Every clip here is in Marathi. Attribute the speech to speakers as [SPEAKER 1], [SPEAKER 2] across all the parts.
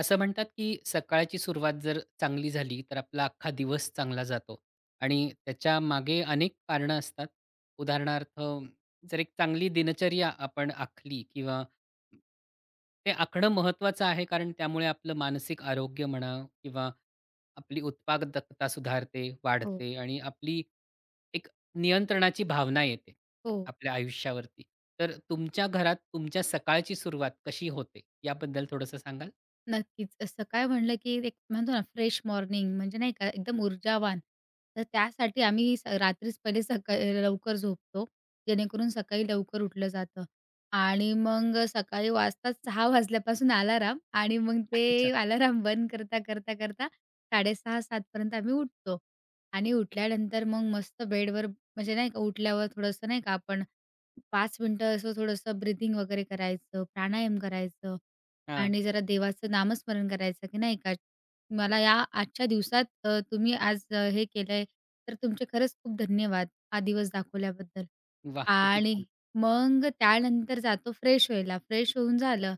[SPEAKER 1] असं म्हणतात की सकाळची सुरुवात जर चांगली झाली तर आपला अख्खा दिवस चांगला जातो आणि त्याच्या मागे अनेक कारणं असतात. उदाहरणार्थ जर एक चांगली दिनचर्या आपण आखली किंवा ते आखणं महत्त्वाचं आहे कारण त्यामुळे आपलं मानसिक आरोग्य म्हणा किंवा आपली उत्पादकता सुधारते,
[SPEAKER 2] हो,
[SPEAKER 1] वाढते आणि आपली एक नियंत्रणाची भावना येते
[SPEAKER 2] हो.
[SPEAKER 1] आपल्या आयुष्यावरती. तर तुमच्या घरात तुमच्या सकाळची सुरुवात कशी होते याबद्दल थोडंसं सांगाल?
[SPEAKER 2] नक्कीच. सकाळ म्हणलं की एक म्हणतो ना फ्रेश मॉर्निंग म्हणजे नाही का एकदम ऊर्जावान. तर त्यासाठी आम्ही रात्रीच पहिले सकाळी लवकर झोपतो. जेणेकरून सकाळी लवकर उठलं जातं आणि मग सकाळी वाजताच 6 वाजल्यापासून अलार्म आणि मग ते अलार्म बंद करता 6:30-7 पर्यंत आम्ही उठतो आणि उठल्यानंतर मग मस्त बेडवर म्हणजे नाही का उठल्यावर थोडंसं नाही का आपण 5 मिनिटं असं थोडंसं ब्रीथिंग वगैरे करायचं, प्राणायाम करायचं.
[SPEAKER 1] हां.
[SPEAKER 2] आणि जरा देवाचं नामस्मरण करायचं, की नाही का, मला या आजच्या दिवसात तुम्ही आज हे केलंय, तर तुमचे खरंच खूप धन्यवाद हा दिवस दाखवल्याबद्दल.
[SPEAKER 1] वाह! किती
[SPEAKER 2] आणि
[SPEAKER 1] छान.
[SPEAKER 2] मग त्यानंतर जातो फ्रेश व्हायला. फ्रेश होऊन झालं,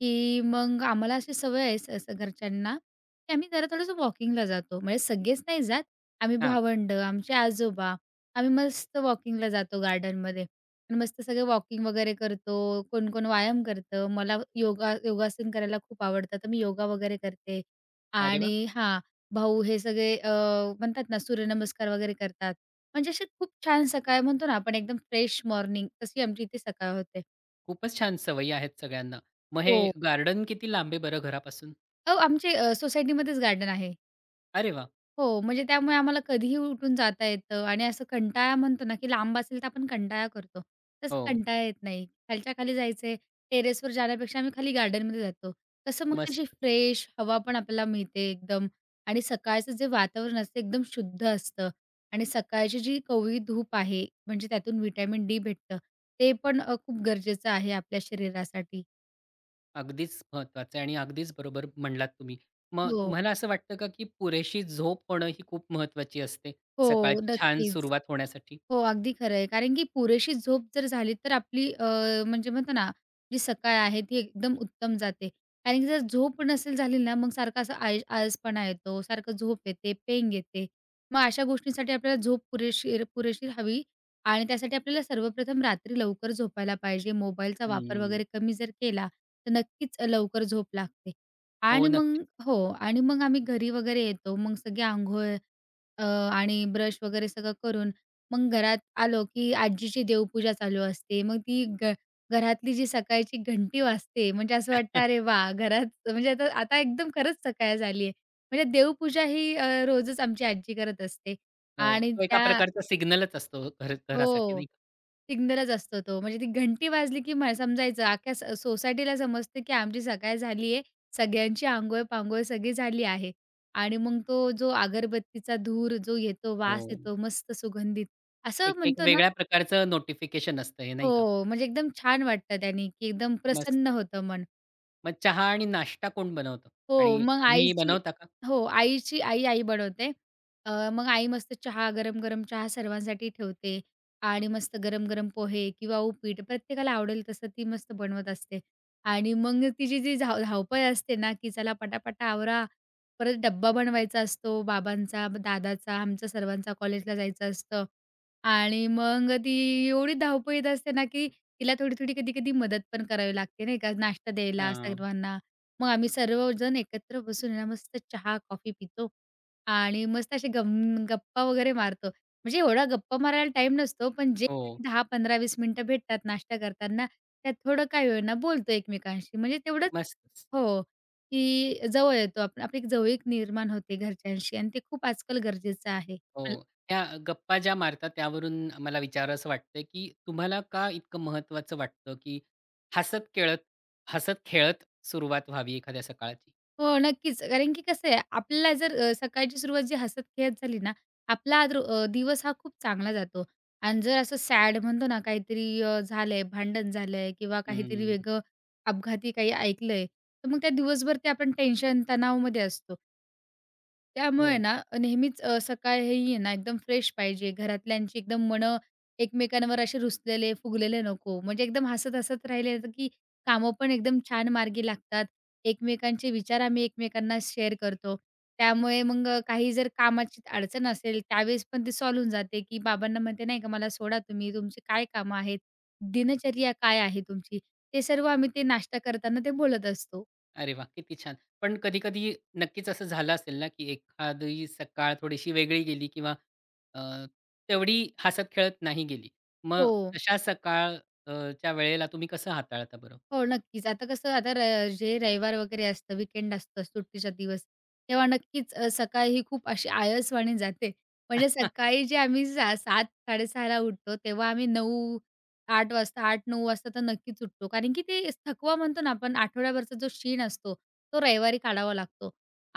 [SPEAKER 2] की मग आम्हाला अशी सवय आहे स स घरच्यांना, की आम्ही जरा थोडंसं वॉकिंगला जातो. म्हणजे सगळेच नाही जात. आम्ही
[SPEAKER 1] हां.
[SPEAKER 2] भावंडं, आमचे आजोबा, आम्ही मस्त वॉकिंगला जातो गार्डनमध्ये. आणि मस्त सगळे वॉकिंग वगैरे करतो, कोण-कोण व्यायाम करतं. मला योगासन करायला खूप आवडतं, तर मी योगा वगैरे करते.
[SPEAKER 1] अरे वाह!
[SPEAKER 2] आणि हां, भाऊ हे सगळे म्हणतात ना सूर्यनमस्कार वगैरे करतात. म्हणजे असे खूप छान सकाळ म्हणतो ना आपण एकदम फ्रेश मॉर्निंग तशी आमची इथे सकाळ होते.
[SPEAKER 1] खूपच छान सवयी आहेत सगळ्यांना. मग हे
[SPEAKER 2] हो.
[SPEAKER 1] गार्डन किती लांब आहे बरं घरापासून?
[SPEAKER 2] अहो, आमचे सोसायटीमध्येच गार्डन आहे.
[SPEAKER 1] अरे वाह!
[SPEAKER 2] हो, म्हणजे त्यामुळे आम्हाला कधीही उठून जाता येतं आणि असं कंटाळा म्हणतो ना, की लांब असेल तर आपण कंटाळा करतो. तसं
[SPEAKER 1] हो.
[SPEAKER 2] कंटाळा येत नाही. खालच्या खाली जायचंय, टेरेसवर जाण्यापेक्षा आम्ही खाली गार्डनमध्ये जातो. कसं म्हणजे
[SPEAKER 1] मस्त.
[SPEAKER 2] अशी फ्रेश हवा पण आपल्याला मिळते एकदम आणि सकाळचं जे वातावरण असतं एकदम शुद्ध असतं आणि सकाळची जी कोवळी धूप आहे, म्हणजे त्यातून व्हिटॅमिन डी भेटतं. ते पण खूप गरजेचं आहे आपल्या शरीरासाठी.
[SPEAKER 1] अगदीच महत्वाचं आहे आणि अगदीच बरोबर म्हणलात तुम्ही. मग
[SPEAKER 2] हो.
[SPEAKER 1] तुम्हाला असं वाटतं का, की पुरेशी झोप होणं ही खूप महत्वाची असते,
[SPEAKER 2] हो,
[SPEAKER 1] सकाळची छान
[SPEAKER 2] नक्कीच.
[SPEAKER 1] सुरुवात होण्यासाठी?
[SPEAKER 2] हो, अगदी खरं आहे. कारण की पुरेशी झोप जर झाली तर आपली म्हणजे म्हणतो ना, जी सकाळ आहे ती एकदम उत्तम जाते. कारण की जर झोप नसेल झाली ना, मग सारखा असा आळसपणा येतो, सारखं झोप येते, पेंग येते. मग अशा गोष्टींसाठी आपल्याला झोप पुरेशी हवी आणि त्यासाठी आपल्याला सर्वप्रथम रात्री लवकर झोपायला पाहिजे. मोबाईलचा वापर
[SPEAKER 1] हं.
[SPEAKER 2] वगैरे कमी जर केला, तर नक्कीच लवकर झोप लागते.
[SPEAKER 1] हो,
[SPEAKER 2] आणि मग
[SPEAKER 1] नक्कीच.
[SPEAKER 2] हो. आणि मग आम्ही घरी वगैरे येतो. मग सगळी अंघोळ अ, आणि ब्रश वगैरे सगळं करून मग घरात आलो, की आजीची देवपूजा चालू असते. मग ती घरातली जी सकाळची घंटी वाजते, म्हणजे असं वाटतं, "अरे वाह!" घरात म्हणजे आता आता एकदम खरंच सकाळ झाली आहे. म्हणजे देवपूजा ही रोजच आमची आजी करत असते
[SPEAKER 1] हो.
[SPEAKER 2] आणि
[SPEAKER 1] तो एका
[SPEAKER 2] त्या
[SPEAKER 1] प्रकारचा सिग्नलच असतो घर घरासाठी
[SPEAKER 2] हो,
[SPEAKER 1] नाही का?
[SPEAKER 2] सिग्नलच असतो तो. म्हणजे ती घंटी वाजली, की मला समजायचं अख्ख्या सोसायटीला समजतं, की आमची सकाळ झाली आहे. सगळ्यांची आंघोळ-पांघोळ सगळी झाली आहे आणि मग तो जो अगरबत्तीचा धूर जो येतो, वास
[SPEAKER 1] हो.
[SPEAKER 2] येतो मस्त सुगंधित, असं
[SPEAKER 1] एक एक
[SPEAKER 2] म्हणतो ना
[SPEAKER 1] वेगळ्या प्रकारचं नोटिफिकेशन असतं हे नाही का?
[SPEAKER 2] हो, म्हणजे एकदम छान वाटतं त्यानी, की एकदम
[SPEAKER 1] मस्त.
[SPEAKER 2] प्रसन्न होतं मन.
[SPEAKER 1] मग चहा आणि नाश्ता कोण बनवतं?
[SPEAKER 2] हो,
[SPEAKER 1] आणि
[SPEAKER 2] मग
[SPEAKER 1] तुम्ही
[SPEAKER 2] आईची
[SPEAKER 1] बनवता का?
[SPEAKER 2] हो, आई बनवते. मग आई मस्त चहा, गरम-गरम चहा सर्वांसाठी ठेवते आणि मस्त गरम-गरम पोहे किंवा उपीट प्रत्येकाला आवडेल तसं ती मस्त बनवत असते. आणि मग तिची जी धावपळ असते ना, की चला पटापटा आवरा, परत डब्बा बनवायचा असतो बाबांचा, दादाचा, आमचा सर्वांचा कॉलेजला जायचं असतं. आणि मग ती एवढी धावपळीत असते ना, की तिला थोडी-थोडी, कधी-कधी मदत पण करावी लागते नाही का, नाश्ता द्यायला
[SPEAKER 1] हां.
[SPEAKER 2] सर्वांना. मग आम्ही सर्वजण एकत्र बसून आहे ना, मस्त चहा, कॉफी पितो आणि मस्त असे गप्पा वगैरे मारतो. म्हणजे एवढा गप्पा मारायला टाइम नसतो, पण जे
[SPEAKER 1] हो.
[SPEAKER 2] 10-15-20 मिनिटं भेटतात नाश्ता करताना, त्यात थोडं काही होईना बोलतो एकमेकांशी. म्हणजे तेवढंच
[SPEAKER 1] मस्तच.
[SPEAKER 2] हो, की जवळ येतो आपण. आपली एक जवळीक निर्माण होते घरच्यांशी आणि ते खूप आजकाल गरजेचं आहे.
[SPEAKER 1] हो. त्या गप्पा ज्या मारतात त्यावरून मला विचारावसं वाटतंय, की तुम्हाला का इतकं महत्त्वाचं वाटतं, की हसत-खेळत हसत-खेळत सुरुवात व्हावी एखाद्या सकाळची?
[SPEAKER 2] हो, नक्कीच. कारण की कसं आहे, आपल्याला जर सकाळची सुरुवात जी हसत-खेळत झाली ना, आपला आज दिवस हा खूप चांगला जातो. आणि जर असं सॅड म्हणतो ना, काहीतरी झालंय, भांडण झालंय किंवा काहीतरी
[SPEAKER 1] हं.
[SPEAKER 2] वेगळं अपघाती काही ऐकलंय, तर मग त्या दिवसभर ते आपण टेन्शन, तणावामध्ये असतो. त्यामुळे
[SPEAKER 1] हो.
[SPEAKER 2] ना, नेहमीच सकाळ ही ना एकदम फ्रेश पाहिजे. घरातल्यांची एकदम मनं एकमेकांवर असे रुसलेले, फुगलेले नको. म्हणजे एकदम हसत-हसत राहिले तर की कामं पण एकदम छान मार्गी लागतात. एकमेकांचे विचार आम्ही एकमेकांना शेअर करतो. त्यामुळे मग काही जर कामाची अडचण असेल, त्यावेळेस पण ती सॉल्व्ह होऊन जाते, की बाबांना म्हणते नाही का, "मला सोडा तुम्ही, तुमची काय कामं आहेत? दिनचर्या काय आहे तुमची?" ते सर्व आम्ही ते नाश्ता करताना ते बोलत असतो.
[SPEAKER 1] अरे वाह! किती छान. पण कधी-कधी नक्कीच असं झालं असेल ना, की एखादी सकाळ थोडीशी वेगळी गेली किंवा अ, तेवढी हसत-खेळत नाही गेली. मग
[SPEAKER 2] हो.
[SPEAKER 1] तशा सकाळ च्या वेळेला तुम्ही कसं हाताळता बरं?
[SPEAKER 2] हो, नक्कीच. आता कसं आता र जे रविवार वगैरे असतं, वीकेंड असतं, सुट्टीचा दिवस, तेव्हा नक्कीच सकाळ ही खूप अशी आळसवाणी जाते. म्हणजे सकाळी जे आम्ही 7:00-6:30ला उठतो, तेव्हा आम्ही 8 वाजता, 8-9 वाजता तर नक्कीच उठतो. कारण की ते थकवा म्हणतो ना आपण, आठवड्याभरचा जो शीण असतो, तो रविवारी काढावा लागतो.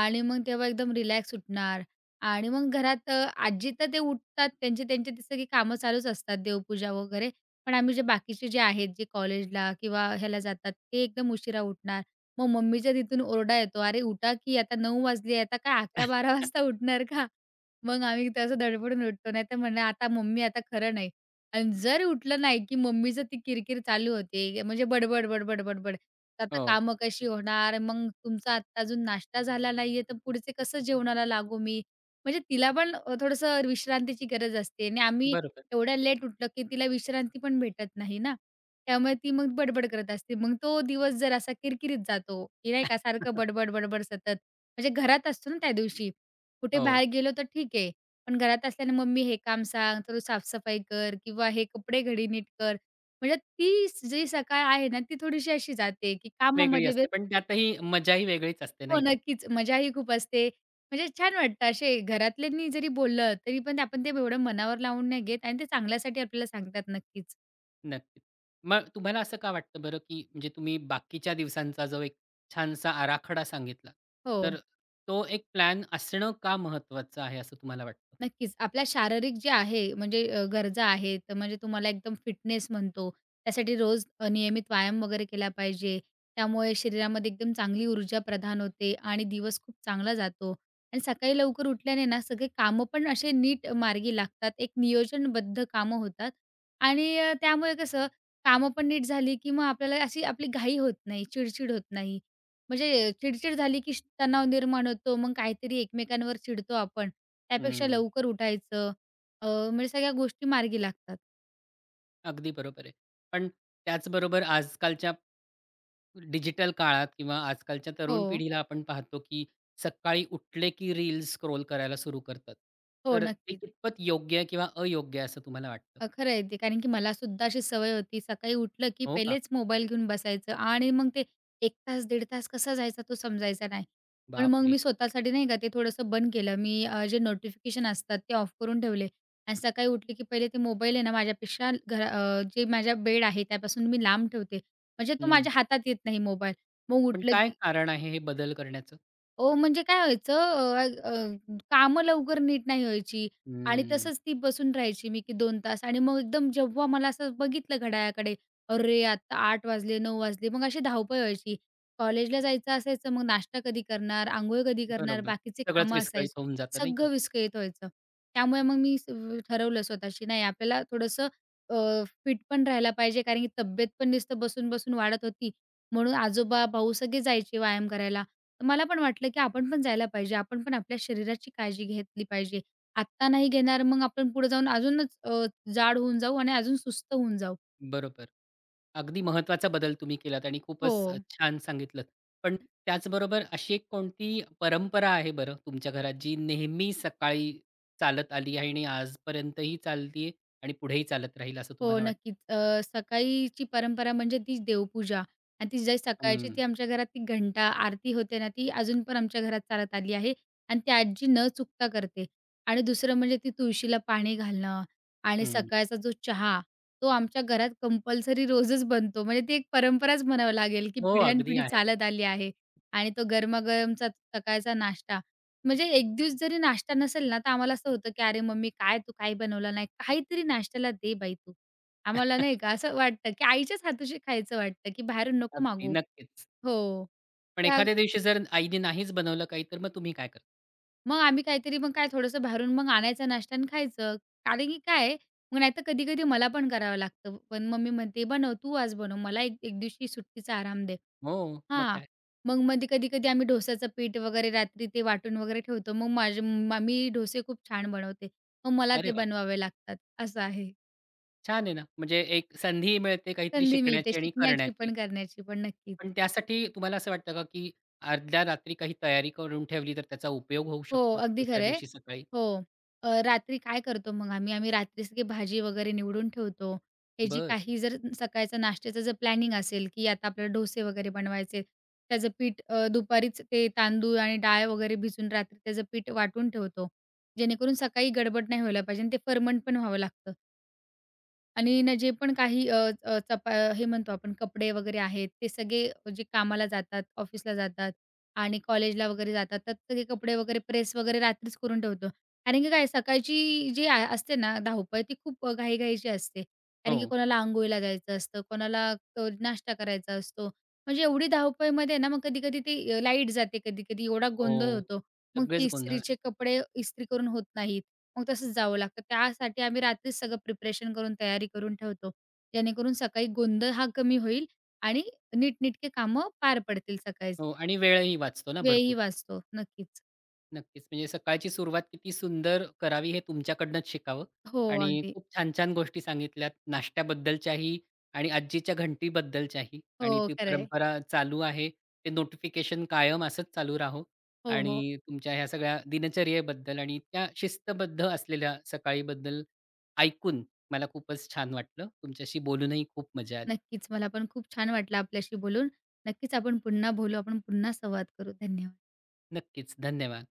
[SPEAKER 2] आणि मग तेव्हा एकदम रिलॅक्स उठणार आणि मग घरात आजी तर ते उठतात, त्यांची त्यांची ती सगळी कामं चालूच असतात, देवपूजा वगैरे. पण आम्ही जे बाकीचे जे आहेत, जे कॉलेजला किंवा ह्याला जातात, ते एकदम उशिरा उठणार. मग मम्मीच्या तिथून ओरडा येतो, "अरे उठा की आता 9 वाजले, आता काय 11-12 वाजता उठणार का?" मग आम्ही तसं धडपडून उठतो. नाहीतर म्हणणार, "आता मम्मी आता खरं नाही." आणि जर उठलं नाही, की मम्मीचं ती किरकिर चालू होते. म्हणजे बडबड, बडबड, बडबड. आता
[SPEAKER 1] हो,
[SPEAKER 2] कामं कशी होणार? मग तुमचा आत्ता अजून नाश्ता झाला नाहीये, तर पुढचे कसं जेवणाला लागू मी? म्हणजे तिला पण थोडंसं विश्रांतीची गरज असते आणि आम्ही
[SPEAKER 1] बरोबर.
[SPEAKER 2] एवढ्या लेट उठलं, की तिला विश्रांती पण भेटत नाही ना. त्यामुळे ती मग बडबड करत असते. मग तो दिवस जर असा किरकिरीत जातो, की नाही का सारखं बडबड-बडबड सतत. म्हणजे घरात असतो ना त्या दिवशी. कुठे
[SPEAKER 1] हो,
[SPEAKER 2] बाहेर गेलो तर ठीक आहे. पण घरात असल्याने मम्मी हे काम सांग, तर तू साफसफाई कर किंवा हे कपडे घडी नीट कर. म्हणजे ती जी सकाळ आहे ना, ती थोडीशी अशी जाते, की
[SPEAKER 1] वेगळी
[SPEAKER 2] कामामध्ये
[SPEAKER 1] असते. पण
[SPEAKER 2] व्यस्त
[SPEAKER 1] त्यातही मजाही वेगळीच असते
[SPEAKER 2] हो,
[SPEAKER 1] नाही
[SPEAKER 2] नक्कीच. मजाही खूप असते. म्हणजे छान वाटतं असे घरातल्यांनी जरी बोललं, तरी पण आपण ते एवढं मनावर लावून नाही घेत आणि ते चांगल्यासाठी आपल्याला सांगतात नक्कीच.
[SPEAKER 1] नक्कीच. मग तुम्हाला असं का वाटतं बरं, की म्हणजे तुम्ही बाकीच्या दिवसांचा जो एक छानसा आराखडा सांगितला,
[SPEAKER 2] हो.
[SPEAKER 1] तर तो एक प्लॅन असणं का महत्त्वाचं आहे असं तुम्हाला वाटतं?
[SPEAKER 2] नक्कीच. आपल्या शारीरिक जे आहे म्हणजे गरजा आहेत, तर म्हणजे तुम्हाला एकदम फिटनेस म्हणतो. त्यासाठी रोज नियमित व्यायाम वगैरे केला पाहिजे. त्यामुळे शरीरामध्ये एकदम चांगली ऊर्जा प्रदान होते आणि दिवस खूप चांगला जातो. आणि सकाळी लवकर उठल्याने ना सगळे कामं पण असे नीट मार्गी लागतात. एक नियोजनबद्ध कामं होतात आणि त्यामुळे कसं कामं पण नीट झाली, की मग आपल्याला अशी आपली घाई होत नाही, चिडचिड होत नाही. म्हणजे चिडचिड झाली, की तणाव निर्माण होतो. मग काहीतरी एकमेकांवर चिडतो आपण. त्यापेक्षा
[SPEAKER 1] हं,
[SPEAKER 2] लवकर उठायचं म्हणजे सगळ्या गोष्टी मार्गी लागतात.
[SPEAKER 1] अगदी बरोबर आहे. पण त्याचबरोबर आजकालच्या डिजिटल काळात किंवा आजकालच्या तरुण
[SPEAKER 2] हो.
[SPEAKER 1] पिढीला आपण पाहतो, की सकाळी उठले की रील्स स्क्रोल करायला सुरू करतात.
[SPEAKER 2] हो,
[SPEAKER 1] तर ते
[SPEAKER 2] नक्कीच.
[SPEAKER 1] कितपत योग्य आहे किंवा अयोग्य आहे असं तुम्हाला वाटतं?
[SPEAKER 2] खरं आहे ते. कारण की मला सुद्धा अशी सवय होती सकाळी उठलं की
[SPEAKER 1] हो का?
[SPEAKER 2] पहिलेच मोबाईल घेऊन बसायचं आणि मग ते 1 तास, दीड तास कसा जायचा तो समजायचा नाही. पण मग
[SPEAKER 1] बापरे!
[SPEAKER 2] मी स्वतःसाठी नाही का ते थोडंसं बंद केलं. मी जे नोटिफिकेशन असतात ते ऑफ करून ठेवले आणि सकाळी उठले की पहिले ते मोबाईल आहे ना माझ्यापेक्षा जे माझ्या बेड आहे त्यापासून मी लांब ठेवते. म्हणजे तो
[SPEAKER 1] हं.
[SPEAKER 2] माझ्या हातात येत नाही मोबाईल. मग
[SPEAKER 1] पण
[SPEAKER 2] उठलं
[SPEAKER 1] काय
[SPEAKER 2] की
[SPEAKER 1] कारण आहे हे बदल करण्याचं?
[SPEAKER 2] हो, म्हणजे काय व्हायचं अ, अ, कामं लवकर नीट नाही व्हायची आणि
[SPEAKER 1] हम्म.
[SPEAKER 2] तसंच ती बसून राहायची मी की 2 तास आणि मग एकदम जेव्हा मला असं बघितलं घड्याळाकडे, "अरे, आता 8 वाजले, 9 वाजले." मग अशी धावपळ व्हायची. कॉलेजला जायचं असायचं, मग नाश्ता कधी करणार, अंघोळ कधी करणार,
[SPEAKER 1] बरोबर.
[SPEAKER 2] बाकीचे
[SPEAKER 1] सगळंच
[SPEAKER 2] कामं असायची.
[SPEAKER 1] विस्कळीत होऊन जातं नाही का?
[SPEAKER 2] सगळं विस्कळीत व्हायचं. त्यामुळे मग मी ठरवलं स्वतःशी, नाही आपल्याला थोडंसं फिट पण राहायला पाहिजे कारण की तब्येत पण नुसतं बसून-बसून वाढत होती. म्हणून आजोबा, भाऊ सगळे जायचे व्यायाम करायला. मला पण वाटलं, की आपण पण जायला पाहिजे. आपण पण आपल्या शरीराची काळजी घेतली पाहिजे. आत्ता नाही घेणार, मग आपण पुढे जाऊन अजूनच जाड होऊन जाऊ आणि अजून सुस्त होऊन जाऊ.
[SPEAKER 1] बरोबर. अगदी महत्वाचा बदल तुम्ही केलात आणि
[SPEAKER 2] हो.
[SPEAKER 1] खूपच छान सांगितलत. पण त्याचबरोबर अशी एक कोणती परंपरा आहे बरं तुमच्या घरात जी नेहमी सकाळी चालत आली आहे आणि आजपर्यंतही चालतीये आणि पुढेही चालत राहील असं
[SPEAKER 2] हो,
[SPEAKER 1] तुम्हाला वाटतं?
[SPEAKER 2] नक्कीच. सकाळीची परंपरा म्हणजे तीच देवपूजा आणि ती जी सकाळची
[SPEAKER 1] हं,
[SPEAKER 2] ती आमच्या घरात ती घंटा आरती होते ना, ती अजून पण आमच्या घरात चालत आली आहे आणि ती आजी न चुकता करते. आणि दुसरं म्हणजे ती तुळशीला पाणी घालणं आणि
[SPEAKER 1] हं.
[SPEAKER 2] सकाळचा जो चहा, तो आमच्या घरात कंपल्सरी रोजच बनतो. म्हणजे ती एक परंपराच म्हणावं लागेल, की
[SPEAKER 1] हो, अगदी
[SPEAKER 2] पिढ्यानपिढी
[SPEAKER 1] आहेत.
[SPEAKER 2] चालत आली आहे. आणि तो गरमागरमचा सकाळचा नाश्ता. म्हणजे एक दिवस जरी नाश्ता नसेल ना, तर आम्हाला असं होतं, की "अरे मम्मी, काय तू काय बनवलं नाही? काहीतरी नाश्त्याला दे बाई तू." आम्हाला नाही का असं वाटतं, की आईच्याच हाताशी खायचं वाटतं, की बाहेरून नको
[SPEAKER 1] अगदी,
[SPEAKER 2] मागू.
[SPEAKER 1] नक्कीच.
[SPEAKER 2] हो.
[SPEAKER 1] पण
[SPEAKER 2] त्या
[SPEAKER 1] एखाद्या दिवशी जर आईने नाहीच बनवलं काही तर मग तुम्ही काय करता?
[SPEAKER 2] मग आम्ही काहीतरी मग काय थोडंसं बाहेरून मग आणायचा नाष्टा आणि खायचं. कारण की काय आहे, मग नाहीतर कधी-कधी मला पण करावं लागतं. पण मम्मी म्हणते, "बनव, तू आज बनव. मला एक एक दिवशी सुट्टीचा आराम दे."
[SPEAKER 1] हो, मग
[SPEAKER 2] हां.
[SPEAKER 1] काय.
[SPEAKER 2] मग मध्ये कधी-कधी आम्ही डोश्याचं पीठ वगैरे रात्री ते वाटून वगैरे ठेवतो. मग माझे मी डोसे खूप छान बनवते. मग मला
[SPEAKER 1] अरे
[SPEAKER 2] ते
[SPEAKER 1] वाह!
[SPEAKER 2] बनवावे लागतात. असं आहे.
[SPEAKER 1] छान आहे ना. म्हणजे एक संधी मिळते काहीतरी
[SPEAKER 2] संधी मिळते
[SPEAKER 1] शिकण्याची आणि
[SPEAKER 2] शिकण्याची
[SPEAKER 1] करण्याची.
[SPEAKER 2] पण, करण्याची पण. नक्कीच.
[SPEAKER 1] पण त्यासाठी तुम्हाला असं वाटतं का, की अर्ध्या रात्री काही तयारी करून ठेवली, तर त्याचा उपयोग होऊ
[SPEAKER 2] हो,
[SPEAKER 1] शकतो
[SPEAKER 2] अगदी
[SPEAKER 1] दुसऱ्या
[SPEAKER 2] खरं आहे.
[SPEAKER 1] दिवशी सकाळी?
[SPEAKER 2] हो. रात्री काय करतो मग आम्ही? आम्ही रात्रीच की भाजी वगैरे निवडून ठेवतो. हे जी
[SPEAKER 1] बरं.
[SPEAKER 2] काही जर सकाळचा नाश्त्याचं जर प्लॅनिंग असेल, की आता आपल्याला डोसे वगैरे बनवायचे, त्याचं पीठ दुपारीच ते तांदूळ आणि डाळ वगैरे भिजून रात्री त्याचं पीठ वाटून ठेवतो. जेणेकरून सकाळी गडबड नाही व्हायला पाहिजे आणि ते फर्मंट पण व्हावं लागतं. आणि ना जे पण काही अ, अ, चपा हे म्हणतो आपण कपडे वगैरे आहेत, ते सगळे जे कामाला जातात, ऑफिसला जातात आणि कॉलेजला वगैरे जातात, तर सगळे कपडे वगैरे प्रेस वगैरे रात्रीच करून ठेवतो. कारण की काय सकाळची जी असते ना धावपळ ती खूप घाई असते. कारण की
[SPEAKER 1] हो.
[SPEAKER 2] कोणाला अंघोळीला जायचं असतं, कोणाला नाश्ता करायचा असतो. म्हणजे एवढी धावपळीमध्ये ना मग कधी-कधी ती लाईट जाते, कधी-कधी एवढा गोंधळ
[SPEAKER 1] हो.
[SPEAKER 2] होतो. मग ते
[SPEAKER 1] सगळेच गोंधळ
[SPEAKER 2] इस्त्रीचे
[SPEAKER 1] असतो.
[SPEAKER 2] कपडे इस्त्री करून होत नाहीत. मग तसंच जावं लागतं. त्यासाठी आम्ही रात्रीच सगळं प्रिपरेशन करून तयारी करून ठेवतो. जेणेकरून सकाळी गोंधळ हा कमी होईल आणि नीटनेटके कामं पार पडतील
[SPEAKER 1] हो
[SPEAKER 2] सकाळची.
[SPEAKER 1] आणि वेळही वाचतो ना
[SPEAKER 2] वेळही
[SPEAKER 1] भरपूर.
[SPEAKER 2] वाचतो. नक्कीच.
[SPEAKER 1] नक्कीच. म्हणजे सकाळची सुरुवात किती सुंदर करावी हे तुमच्याकडनंच शिकावं
[SPEAKER 2] हो,
[SPEAKER 1] आणि
[SPEAKER 2] अगदी.
[SPEAKER 1] खूप छान-छान गोष्टी सांगितल्यात नाश्त्याबद्दलच्याही आणि आजीच्या घंटीबद्दलच्याही
[SPEAKER 2] हो,
[SPEAKER 1] आणि ती
[SPEAKER 2] खरं
[SPEAKER 1] परंपरा चालू आहे. ते नोटिफिकेशन कायम असंच चालू राहो
[SPEAKER 2] हो, हो.
[SPEAKER 1] आणि तुमच्या ह्या सगळ्या दिनचर्येबद्दल आणि त्या शिस्तबद्ध असलेल्या सकाळीबद्दल ऐकून मला खूपच छान वाटलं. तुमच्याशी बोलूनही खूप मजा आली.
[SPEAKER 2] नक्कीच. मला पण खूप छान वाटलं आपल्याशी बोलून. नक्कीच आपण पुन्हा बोलू. आपण पुन्हा संवाद करू. धन्यवाद.
[SPEAKER 1] नक्कीच. धन्यवाद.